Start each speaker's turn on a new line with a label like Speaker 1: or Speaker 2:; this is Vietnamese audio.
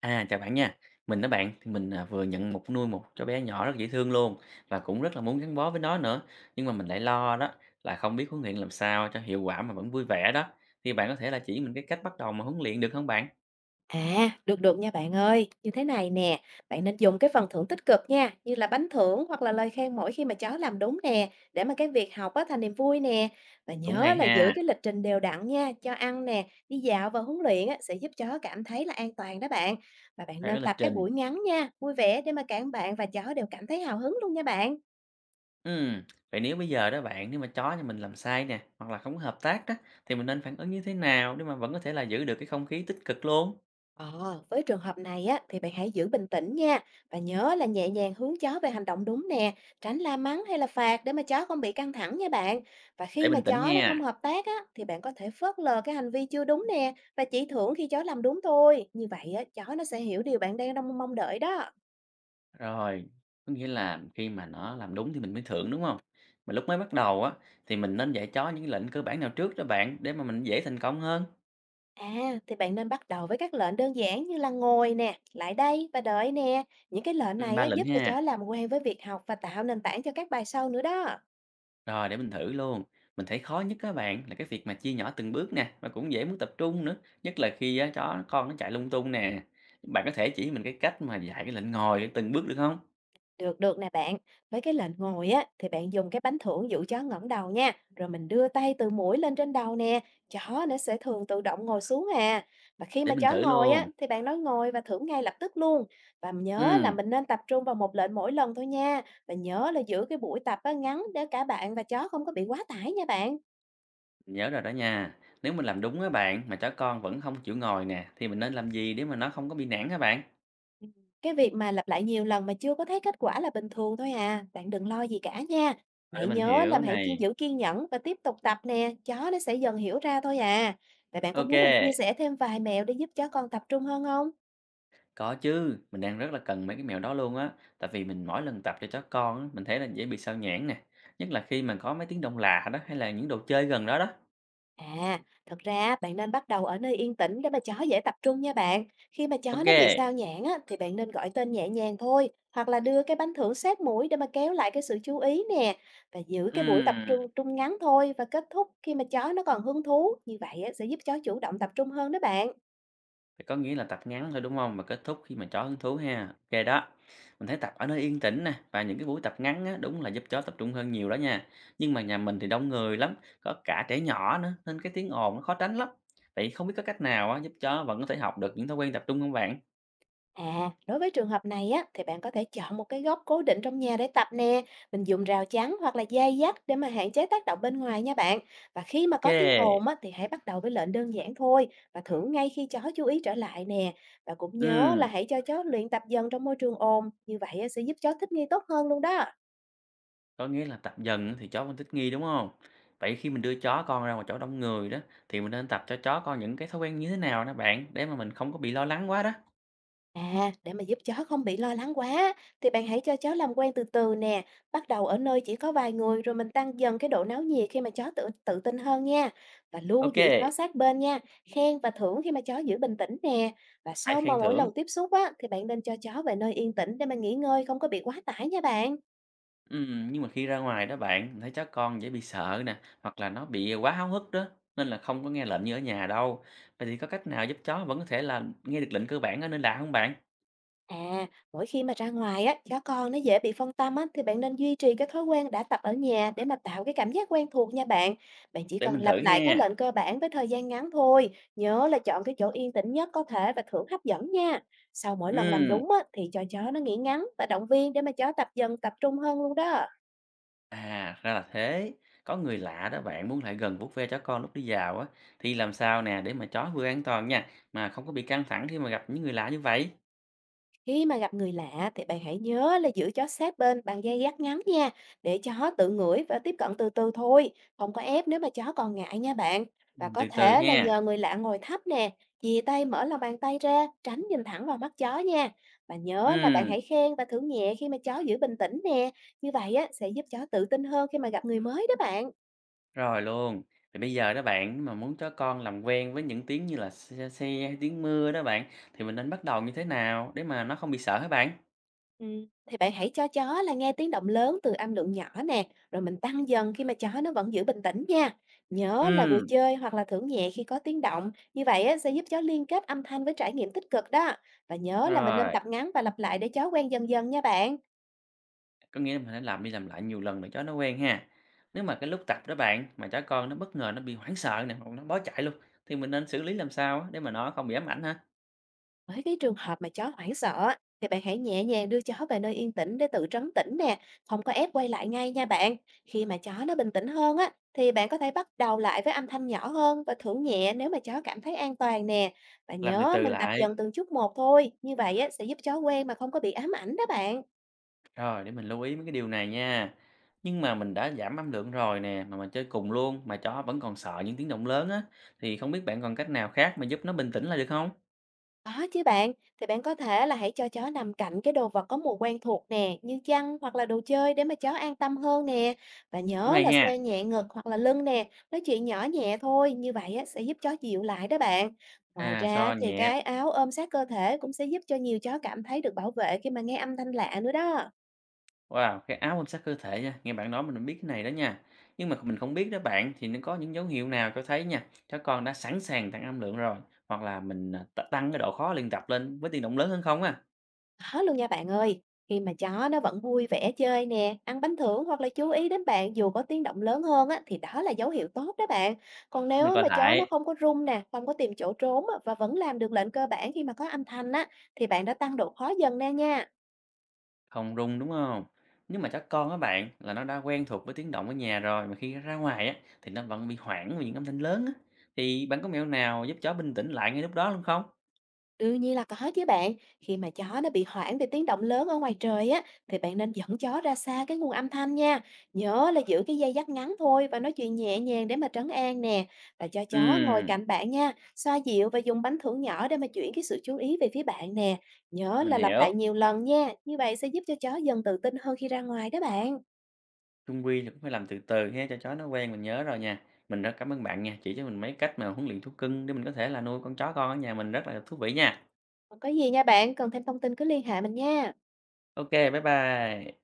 Speaker 1: À, chào bạn nha. Mình đó bạn, thì mình, vừa nhận một nuôi một cháu bé nhỏ rất dễ thương luôn và cũng rất là muốn gắn bó với nó nữa. Nhưng mà mình lại lo đó là không biết huấn luyện làm sao cho hiệu quả mà vẫn vui vẻ đó. Thì bạn có thể là chỉ mình cái cách bắt đầu mà huấn luyện được không bạn?
Speaker 2: À, được được nha bạn ơi. Như thế này nè, bạn nên dùng cái phần thưởng tích cực nha, như là bánh thưởng hoặc là lời khen mỗi khi mà cháu làm đúng nè, để mà cái việc học á thành niềm vui nè. Và
Speaker 1: Cũng
Speaker 2: nhớ
Speaker 1: hay
Speaker 2: là giữ
Speaker 1: ha,
Speaker 2: cái lịch trình đều đặn nha, cho ăn nè, đi dạo và huấn luyện á sẽ giúp chó cảm thấy là an toàn đó bạn. Và bạn
Speaker 1: phải có
Speaker 2: nên
Speaker 1: lịch
Speaker 2: tập các
Speaker 1: trình.
Speaker 2: buổi ngắn nha, vui vẻ để mà cả bạn và chó đều cảm thấy hào hứng luôn nha bạn.
Speaker 1: Ừm, Vậy nếu bây giờ đó bạn, nếu mà chó nhà mình làm sai nè, hoặc là không có hợp tác đó, thì mình nên phản ứng như thế nào để mà vẫn có thể là giữ được cái không khí tích cực luôn?
Speaker 2: Ờ, với trường hợp này á thì bạn hãy giữ bình tĩnh nha, và nhớ là nhẹ nhàng hướng chó về hành động đúng nè, tránh la mắng hay là phạt để mà chó không bị căng thẳng nha bạn. Và
Speaker 1: Để
Speaker 2: khi mà
Speaker 1: bình tĩnh
Speaker 2: chó nó không
Speaker 1: nha.
Speaker 2: hợp tác á thì bạn có thể phớt lờ cái hành vi chưa đúng nè, và chỉ thưởng khi chó làm đúng thôi. Như vậy á, chó nó sẽ hiểu điều bạn đang mong mong đợi đó.
Speaker 1: Rồi, có nghĩa là khi mà nó làm đúng thì mình mới thưởng, đúng không? Mà lúc mới bắt đầu á, thì mình nên dạy chó những lệnh cơ bản nào trước đó bạn, để mà mình dễ thành công hơn?
Speaker 2: À, thì bạn nên bắt đầu với các lệnh đơn giản như là ngồi nè, lại đây và đợi nè. Những cái lệnh
Speaker 1: Ừm.
Speaker 2: này
Speaker 1: 3
Speaker 2: á,
Speaker 1: lệnh
Speaker 2: giúp cho
Speaker 1: ha,
Speaker 2: chó làm quen với việc học và tạo nền tảng cho các bài sau nữa đó.
Speaker 1: rồi để mình thử luôn. Mình thấy khó nhất các bạn, là cái việc mà chia nhỏ từng bước nè, mà cũng dễ mất tập trung nữa, nhất là khi á chó con nó chạy lung tung nè. Bạn có thể chỉ mình cái cách mà dạy cái lệnh ngồi từng bước được không?
Speaker 2: Được được nè bạn, với cái lệnh ngồi á thì bạn dùng cái bánh thưởng dụ chó ngẩng đầu nha, rồi mình đưa tay từ mũi lên trên đầu nè, chó nó sẽ thường tự động ngồi xuống à. Và khi
Speaker 1: Để
Speaker 2: mà
Speaker 1: mình
Speaker 2: chó
Speaker 1: thử
Speaker 2: ngồi á
Speaker 1: luôn.
Speaker 2: thì bạn nói ngồi và thưởng ngay lập tức luôn. Và nhớ là
Speaker 1: Ừm,
Speaker 2: mình nên tập trung vào một lệnh mỗi lần thôi nha. Và nhớ là giữ cái buổi tập á ngắn, để cả bạn và chó không có bị quá tải nha bạn.
Speaker 1: mình nhớ rồi đó nha. Nếu mình làm đúng á bạn, mà chó con vẫn không chịu ngồi nè, thì mình nên làm gì để mà nó không có bị nản các bạn?
Speaker 2: Ừm, cái việc mà lặp lại nhiều lần mà chưa có thấy kết quả là bình thường thôi à, bạn đừng lo gì cả nha.
Speaker 1: Ừ,
Speaker 2: Hãy
Speaker 1: mình
Speaker 2: nhớ là
Speaker 1: hiểu
Speaker 2: hãy kiên
Speaker 1: này.
Speaker 2: giữ kiên nhẫn và tiếp tục tập nè, chó nó sẽ dần hiểu ra thôi à. Vậy bạn có muốn mình chia
Speaker 1: OK,
Speaker 2: sẻ thêm vài mẹo để giúp chó con tập trung hơn không?
Speaker 1: có chứ, mình đang rất là cần mấy cái mẹo đó luôn á, tại vì mình mỗi lần tập cho chó con á, mình thấy là dễ bị sao nhãng nè, nhất là khi mà có mấy tiếng động lạ đó hay là những đồ chơi gần đó đó.
Speaker 2: À, thật ra bạn nên bắt đầu ở nơi yên tĩnh để mà chó dễ tập trung nha bạn. Khi mà chó nó bị
Speaker 1: OK,
Speaker 2: sao nhãng á, thì bạn nên gọi tên nhẹ nhàng thôi, hoặc là đưa cái bánh thưởng sát mũi để mà kéo lại cái sự chú ý nè. Và giữ cái buổi tập
Speaker 1: ừm,
Speaker 2: trung trung ngắn thôi, và kết thúc khi mà chó nó còn hứng thú. Như vậy á, sẽ giúp chó chủ động tập trung hơn đó bạn.
Speaker 1: vậy có nghĩa là tập ngắn thôi, đúng không? Và kết thúc khi mà chó hứng thú ha. OK đó, mình thấy tập ở nơi yên tĩnh nè và những cái buổi tập ngắn á, đúng là giúp chó tập trung hơn nhiều đó nha. Nhưng mà nhà mình thì đông người lắm, có cả trẻ nhỏ nữa nên cái tiếng ồn nó khó tránh lắm. Vậy không biết có cách nào á, giúp chó vẫn có thể học được những thói quen tập trung không bạn?
Speaker 2: À, đối với trường hợp này á, thì bạn có thể chọn một cái góc cố định trong nhà để tập nè. Mình dùng rào chắn hoặc là dây dắt để mà hạn chế tác động bên ngoài nha bạn. Và khi mà có tiếng
Speaker 1: OK,
Speaker 2: ồn á, thì hãy bắt đầu với lệnh đơn giản thôi, và thưởng ngay khi chó chú ý trở lại nè. Và cũng nhớ là
Speaker 1: ừm,
Speaker 2: hãy cho chó luyện tập dần trong môi trường ồn. Như vậy á, sẽ giúp chó thích nghi tốt hơn luôn đó.
Speaker 1: có nghĩa là tập dần á thì chó vẫn thích nghi, đúng không? Vậy khi mình đưa chó con ra ngoài chỗ đông người đó, thì mình nên tập cho chó con những cái thói quen như thế nào đó bạn, để mà mình không có bị lo lắng quá đó?
Speaker 2: À, để mà giúp chó không bị lo lắng quá thì bạn hãy cho chó làm quen từ từ nè, bắt đầu ở nơi chỉ có vài người, rồi mình tăng dần cái độ náo nhiệt khi mà chó tự tự tin hơn nha. Và luôn giữ chó
Speaker 1: OK,
Speaker 2: sát bên nha, khen và thưởng khi mà chó giữ bình tĩnh nè. Và
Speaker 1: hãy
Speaker 2: sau
Speaker 1: khen
Speaker 2: mà mỗi
Speaker 1: thưởng.
Speaker 2: lần tiếp xúc á thì bạn nên cho chó về nơi yên tĩnh để mà nghỉ ngơi, không có bị quá tải nha bạn.
Speaker 1: Nhưng mà khi ra ngoài đó bạn, mình thấy chó con dễ bị sợ nè, hoặc là nó bị quá háo hức đó, nên là không có nghe lệnh như ở nhà đâu. Vậy thì có cách nào giúp chó vẫn có thể là nghe được lệnh cơ bản ở nơi lạ không bạn?
Speaker 2: À, mỗi khi mà ra ngoài á, chó con nó dễ bị phân tâm á, thì bạn nên duy trì cái thói quen đã tập ở nhà để mà tạo cái cảm giác quen thuộc nha bạn. Bạn chỉ
Speaker 1: Để
Speaker 2: cần
Speaker 1: mình
Speaker 2: lặp
Speaker 1: thử
Speaker 2: lại các
Speaker 1: ha.
Speaker 2: lệnh cơ bản với thời gian ngắn thôi. Nhớ là chọn cái chỗ yên tĩnh nhất có thể và thưởng hấp dẫn nha. Sau mỗi lần làm
Speaker 1: Ừm.
Speaker 2: đúng á, thì cho chó nó nghỉ ngắn và động viên để mà chó tập dần tập trung hơn luôn đó.
Speaker 1: À, ra là thế. Có người lạ đó bạn muốn lại gần vuốt ve chó con lúc đi dạo á thì làm sao nè để mà chó vừa an toàn nha mà không có bị căng thẳng khi mà gặp những người lạ như vậy.
Speaker 2: Khi mà gặp người lạ thì bạn hãy nhớ là giữ chó sát bên bằng dây dắt ngắn nha, để chó tự ngửi và tiếp cận từ từ thôi, không có ép nếu mà chó còn ngại nha bạn. Và
Speaker 1: Mình
Speaker 2: có
Speaker 1: từ từ
Speaker 2: thể là
Speaker 1: ha.
Speaker 2: nhờ người lạ ngồi thấp nè, chìa tay mở lòng bàn tay ra, tránh nhìn thẳng vào mắt chó nha. Và nhớ là bạn
Speaker 1: Ừ,
Speaker 2: hãy khen và thưởng nhẹ khi mà chó giữ bình tĩnh nè, như vậy á sẽ giúp chó tự tin hơn khi mà gặp người mới đó bạn.
Speaker 1: rồi luôn. Thì bây giờ đó bạn mà muốn chó con làm quen với những tiếng như là xe hay tiếng mưa đó bạn thì mình nên bắt đầu như thế nào để mà nó không bị sợ hả bạn?
Speaker 2: Thì bạn hãy cho chó là nghe tiếng động lớn từ âm lượng nhỏ nè, rồi mình tăng dần khi mà chó nó vẫn giữ bình tĩnh nha. Nhớ là vừa
Speaker 1: Ừ,
Speaker 2: chơi hoặc là thưởng nhẹ khi có tiếng động, như vậy á, sẽ giúp chó liên kết âm thanh với trải nghiệm tích cực đó. Và nhớ là mình nên
Speaker 1: rồi.
Speaker 2: tập ngắn và lặp lại để chó quen dần dần nha bạn.
Speaker 1: Có nghĩa là mình phải làm đi làm lại nhiều lần để chó nó quen ha. Nếu mà cái lúc tập đó bạn, mà chó con nó bất ngờ nó bị hoảng sợ nè, hoặc nó bó chạy luôn, thì mình nên xử lý làm sao á để mà nó không bị ám ảnh ha?
Speaker 2: Với cái trường hợp mà chó hoảng sợ á, thì bạn hãy nhẹ nhàng đưa chó về nơi yên tĩnh để tự trấn tĩnh nè, không có ép quay lại ngay nha bạn. Khi mà chó nó bình tĩnh hơn á, thì bạn có thể bắt đầu lại với âm thanh nhỏ hơn và thưởng nhẹ nếu mà chó cảm thấy an toàn nè. Và
Speaker 1: Làm từ
Speaker 2: nhớ
Speaker 1: từ
Speaker 2: mình tập
Speaker 1: lại,
Speaker 2: dần từng chút một thôi, như vậy á, sẽ giúp chó quen mà không có bị ám ảnh đó bạn.
Speaker 1: rồi để mình lưu ý mấy cái điều này nha. Nhưng mà mình đã giảm âm lượng rồi nè, mà mình chơi cùng luôn, mà chó vẫn còn sợ những tiếng động lớn á, thì không biết bạn còn cách nào khác mà giúp nó bình tĩnh lại được không?
Speaker 2: Có chứ bạn, thì bạn có thể là hãy cho chó nằm cạnh cái đồ vật có mùi quen thuộc nè, như chăn hoặc là đồ chơi để mà chó an tâm hơn nè. Và
Speaker 1: Cũng
Speaker 2: nhớ là
Speaker 1: hay ha.
Speaker 2: xoa nhẹ ngực hoặc là lưng nè, nói chuyện nhỏ nhẹ thôi, như vậy á, sẽ giúp chó dịu lại đó bạn. Ngoài
Speaker 1: À,
Speaker 2: ra
Speaker 1: so
Speaker 2: thì
Speaker 1: nhẹ.
Speaker 2: cái áo ôm sát cơ thể cũng sẽ giúp cho nhiều chó cảm thấy được bảo vệ khi mà nghe âm thanh lạ nữa đó.
Speaker 1: Wow, cái áo quan sát cơ thể nha, nghe bạn nói mình biết cái này đó nha. Nhưng mà mình không biết đó bạn thì nó có những dấu hiệu nào cho thấy nha, chó con đã sẵn sàng tăng âm lượng rồi hoặc là tăng cái độ khó luyện tập lên với tiếng động lớn hơn không á.
Speaker 2: Có luôn nha bạn ơi, khi mà chó nó vẫn vui vẻ chơi nè, ăn bánh thưởng hoặc là chú ý đến bạn dù có tiếng động lớn hơn á, thì đó là dấu hiệu tốt đó bạn. Còn
Speaker 1: Mình
Speaker 2: nếu
Speaker 1: coi
Speaker 2: mà chó nó
Speaker 1: lại,
Speaker 2: không có rung nè, không có tìm chỗ trốn á, và vẫn làm được lệnh cơ bản khi mà có âm thanh á, thì bạn đã tăng độ khó dần nè nha.
Speaker 1: không rung đúng không? Nhưng mà chó con á bạn là nó đã quen thuộc với tiếng động ở nhà rồi mà khi ra ngoài á thì nó vẫn bị hoảng vì những âm thanh lớn á. Thì bạn có mẹo nào giúp chó bình tĩnh lại ngay lúc đó luôn không?
Speaker 2: Đương nhiên là có chứ bạn. Khi mà chó nó bị hoảng vì tiếng động lớn ở ngoài trời á, thì bạn nên dẫn chó ra xa cái nguồn âm thanh nha. Nhớ là giữ cái dây dắt ngắn thôi và nói chuyện nhẹ nhàng để mà trấn an nè. Và cho chó ngồi
Speaker 1: Ừm,
Speaker 2: cạnh bạn nha, xoa dịu và dùng bánh thưởng nhỏ để mà chuyển cái sự chú ý về phía bạn nè. Nhớ
Speaker 1: mình
Speaker 2: là lặp
Speaker 1: hiểu.
Speaker 2: lại nhiều lần nha, như vậy sẽ giúp cho chó dần tự tin hơn khi ra ngoài đó bạn.
Speaker 1: Chung quy là cũng phải làm từ từ ha cho chó nó quen, mình nhớ rồi nha. Mình rất cảm ơn bạn nha, chỉ cho mình mấy cách mà huấn luyện thú cưng để mình có thể là nuôi con chó con ở nhà mình rất là thú vị nha.
Speaker 2: Còn có gì nha bạn, cần thêm thông tin cứ liên hệ mình nha.
Speaker 1: OK, bye bye.